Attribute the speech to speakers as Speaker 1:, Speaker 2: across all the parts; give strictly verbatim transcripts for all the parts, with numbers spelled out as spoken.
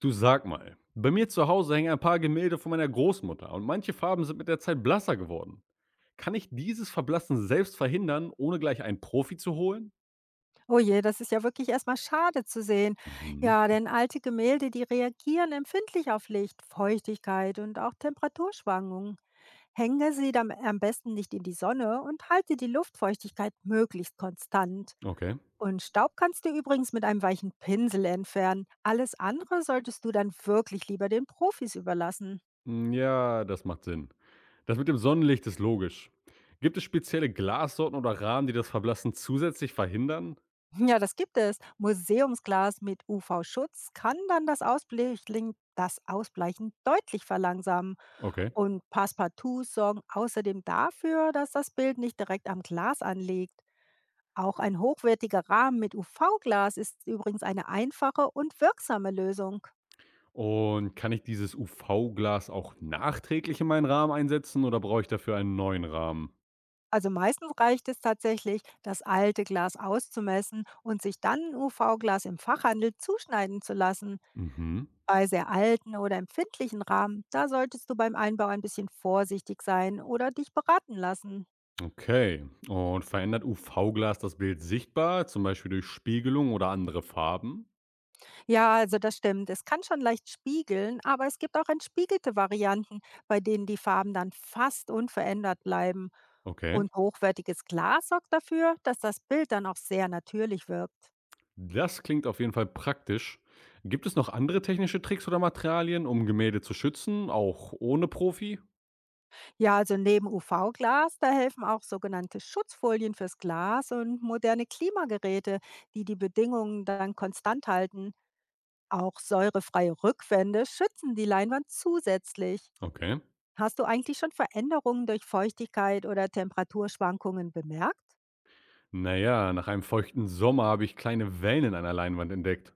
Speaker 1: Du sag mal, bei mir zu Hause hängen ein paar Gemälde von meiner Großmutter und manche Farben sind mit der Zeit blasser geworden. Kann ich dieses Verblassen selbst verhindern, ohne gleich einen Profi zu holen?
Speaker 2: Oh je, das ist ja wirklich erstmal schade zu sehen.
Speaker 1: Mhm.
Speaker 2: Ja, denn alte Gemälde, die reagieren empfindlich auf Licht, Feuchtigkeit und auch Temperaturschwankungen. Hänge sie dann am besten nicht in die Sonne und halte die Luftfeuchtigkeit möglichst konstant.
Speaker 1: Okay.
Speaker 2: Und Staub kannst du übrigens mit einem weichen Pinsel entfernen. Alles andere solltest du dann wirklich lieber den Profis überlassen.
Speaker 1: Mm, Ja, das macht Sinn. Das mit dem Sonnenlicht ist logisch. Gibt es spezielle Glassorten oder Rahmen, die das Verblassen zusätzlich verhindern?
Speaker 2: Ja, das gibt es. Museumsglas mit U V-Schutz kann dann das Ausbleichen, das Ausbleichen deutlich verlangsamen.
Speaker 1: Okay.
Speaker 2: Und Passepartout's sorgen außerdem dafür, dass das Bild nicht direkt am Glas anliegt. Auch ein hochwertiger Rahmen mit U V-Glas ist übrigens eine einfache und wirksame Lösung.
Speaker 1: Und kann ich dieses U V-Glas auch nachträglich in meinen Rahmen einsetzen oder brauche ich dafür einen neuen Rahmen?
Speaker 2: Also meistens reicht es tatsächlich, das alte Glas auszumessen und sich dann U V-Glas im Fachhandel zuschneiden zu lassen.
Speaker 1: Mhm.
Speaker 2: Bei sehr alten oder empfindlichen Rahmen, da solltest du beim Einbau ein bisschen vorsichtig sein oder dich beraten lassen.
Speaker 1: Okay. Und verändert U V-Glas das Bild sichtbar, zum Beispiel durch Spiegelung oder andere Farben?
Speaker 2: Ja, also das stimmt. Es kann schon leicht spiegeln, aber es gibt auch entspiegelte Varianten, bei denen die Farben dann fast unverändert bleiben.
Speaker 1: Okay.
Speaker 2: Und hochwertiges Glas sorgt dafür, dass das Bild dann auch sehr natürlich wirkt.
Speaker 1: Das klingt auf jeden Fall praktisch. Gibt es noch andere technische Tricks oder Materialien, um Gemälde zu schützen, auch ohne Profi?
Speaker 2: Ja, also neben U V-Glas, da helfen auch sogenannte Schutzfolien fürs Glas und moderne Klimageräte, die die Bedingungen dann konstant halten. Auch säurefreie Rückwände schützen die Leinwand zusätzlich.
Speaker 1: Okay.
Speaker 2: Hast du eigentlich schon Veränderungen durch Feuchtigkeit oder Temperaturschwankungen bemerkt?
Speaker 1: Naja, nach einem feuchten Sommer habe ich kleine Wellen an der Leinwand entdeckt.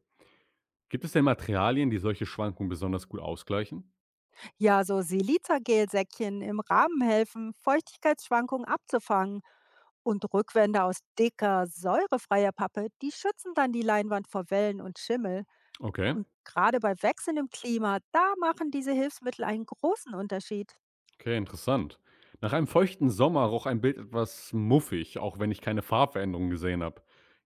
Speaker 1: Gibt es denn Materialien, die solche Schwankungen besonders gut ausgleichen?
Speaker 2: Ja, so Silizagelsäckchen im Rahmen helfen, Feuchtigkeitsschwankungen abzufangen. Und Rückwände aus dicker, säurefreier Pappe, die schützen dann die Leinwand vor Wellen und Schimmel.
Speaker 1: Okay.
Speaker 2: Und gerade bei wechselndem Klima, da machen diese Hilfsmittel einen großen Unterschied.
Speaker 1: Okay, interessant. Nach einem feuchten Sommer roch ein Bild etwas muffig, auch wenn ich keine Farbveränderungen gesehen habe.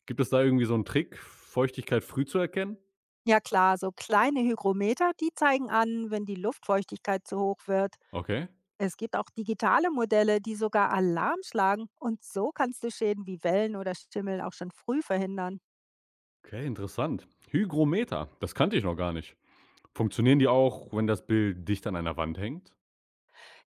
Speaker 1: Gibt es da irgendwie so einen Trick, Feuchtigkeit früh zu erkennen?
Speaker 2: Ja klar, so kleine Hygrometer, die zeigen an, wenn die Luftfeuchtigkeit zu hoch wird.
Speaker 1: Okay.
Speaker 2: Es gibt auch digitale Modelle, die sogar Alarm schlagen, und so kannst du Schäden wie Wellen oder Schimmel auch schon früh verhindern.
Speaker 1: Okay, interessant. Hygrometer, das kannte ich noch gar nicht. Funktionieren die auch, wenn das Bild dicht an einer Wand hängt?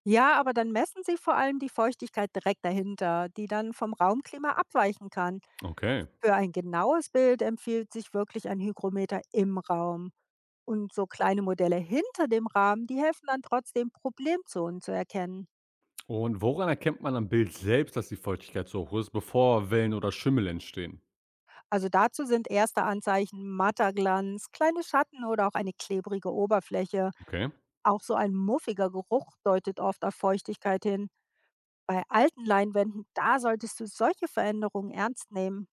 Speaker 2: Ja, aber dann messen sie vor allem die Feuchtigkeit direkt dahinter, die dann vom Raumklima abweichen kann.
Speaker 1: Okay.
Speaker 2: Für ein genaues Bild empfiehlt sich wirklich ein Hygrometer im Raum. Und so kleine Modelle hinter dem Rahmen, die helfen dann trotzdem, Problemzonen zu erkennen.
Speaker 1: Und woran erkennt man am Bild selbst, dass die Feuchtigkeit so hoch ist, bevor Wellen oder Schimmel entstehen?
Speaker 2: Also dazu sind erste Anzeichen matter Glanz, kleine Schatten oder auch eine klebrige Oberfläche.
Speaker 1: Okay.
Speaker 2: Auch so ein muffiger Geruch deutet oft auf Feuchtigkeit hin. Bei alten Leinwänden, da solltest du solche Veränderungen ernst nehmen.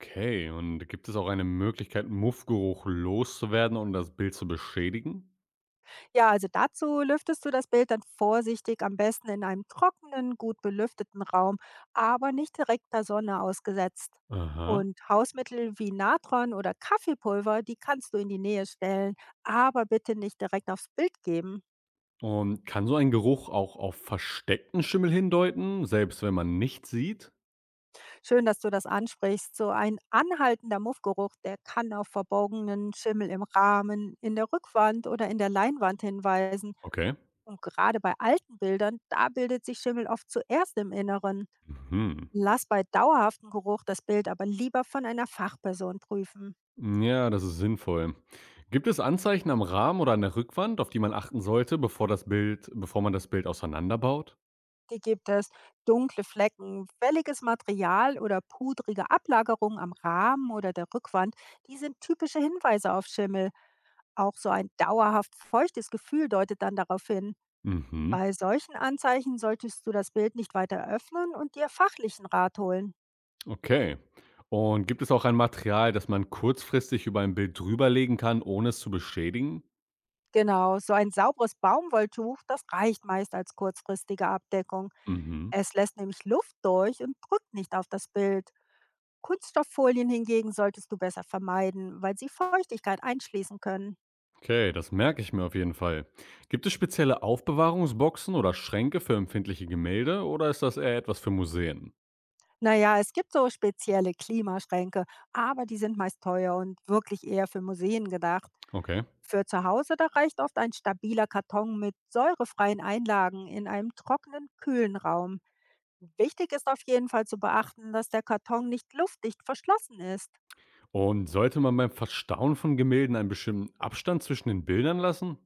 Speaker 1: Okay, und gibt es auch eine Möglichkeit, Muffgeruch loszuwerden und das Bild zu beschädigen?
Speaker 2: Ja, also dazu lüftest du das Bild dann vorsichtig, am besten in einem trockenen, gut belüfteten Raum, aber nicht direkt der Sonne ausgesetzt.
Speaker 1: Aha.
Speaker 2: Und Hausmittel wie Natron oder Kaffeepulver, die kannst du in die Nähe stellen, aber bitte nicht direkt aufs Bild geben.
Speaker 1: Und kann so ein Geruch auch auf versteckten Schimmel hindeuten, selbst wenn man nichts sieht?
Speaker 2: Schön, dass du das ansprichst. So ein anhaltender Muffgeruch, der kann auf verborgenen Schimmel im Rahmen, in der Rückwand oder in der Leinwand hinweisen.
Speaker 1: Okay.
Speaker 2: Und gerade bei alten Bildern, da bildet sich Schimmel oft zuerst im Inneren.
Speaker 1: Mhm.
Speaker 2: Lass bei dauerhaftem Geruch das Bild aber lieber von einer Fachperson prüfen.
Speaker 1: Ja, das ist sinnvoll. Gibt es Anzeichen am Rahmen oder an der Rückwand, auf die man achten sollte, bevor das Bild, bevor man das Bild auseinanderbaut?
Speaker 2: Die gibt es. Dunkle Flecken, welliges Material oder pudrige Ablagerungen am Rahmen oder der Rückwand, die sind typische Hinweise auf Schimmel. Auch so ein dauerhaft feuchtes Gefühl deutet dann darauf hin.
Speaker 1: Mhm.
Speaker 2: Bei solchen Anzeichen solltest du das Bild nicht weiter öffnen und dir fachlichen Rat holen.
Speaker 1: Okay. Und gibt es auch ein Material, das man kurzfristig über ein Bild drüberlegen kann, ohne es zu beschädigen?
Speaker 2: Genau, so ein sauberes Baumwolltuch, das reicht meist als kurzfristige Abdeckung.
Speaker 1: Mhm.
Speaker 2: Es lässt nämlich Luft durch und drückt nicht auf das Bild. Kunststofffolien hingegen solltest du besser vermeiden, weil sie Feuchtigkeit einschließen können.
Speaker 1: Okay, das merke ich mir auf jeden Fall. Gibt es spezielle Aufbewahrungsboxen oder Schränke für empfindliche Gemälde oder ist das eher etwas für Museen?
Speaker 2: Naja, es gibt so spezielle Klimaschränke, aber die sind meist teuer und wirklich eher für Museen gedacht.
Speaker 1: Okay.
Speaker 2: Für zu Hause, da reicht oft ein stabiler Karton mit säurefreien Einlagen in einem trockenen, kühlen Raum. Wichtig ist auf jeden Fall zu beachten, dass der Karton nicht luftdicht verschlossen ist.
Speaker 1: Und sollte man beim Verstauen von Gemälden einen bestimmten Abstand zwischen den Bildern lassen?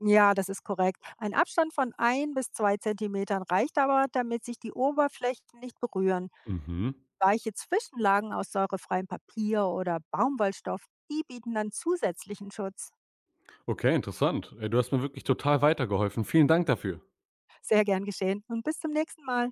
Speaker 2: Ja, das ist korrekt. Ein Abstand von ein bis zwei Zentimetern reicht aber, damit sich die Oberflächen nicht berühren.
Speaker 1: Mhm.
Speaker 2: Weiche Zwischenlagen aus säurefreiem Papier oder Baumwollstoff, die bieten dann zusätzlichen Schutz.
Speaker 1: Okay, interessant. Ey, du hast mir wirklich total weitergeholfen. Vielen Dank dafür.
Speaker 2: Sehr gern geschehen und bis zum nächsten Mal.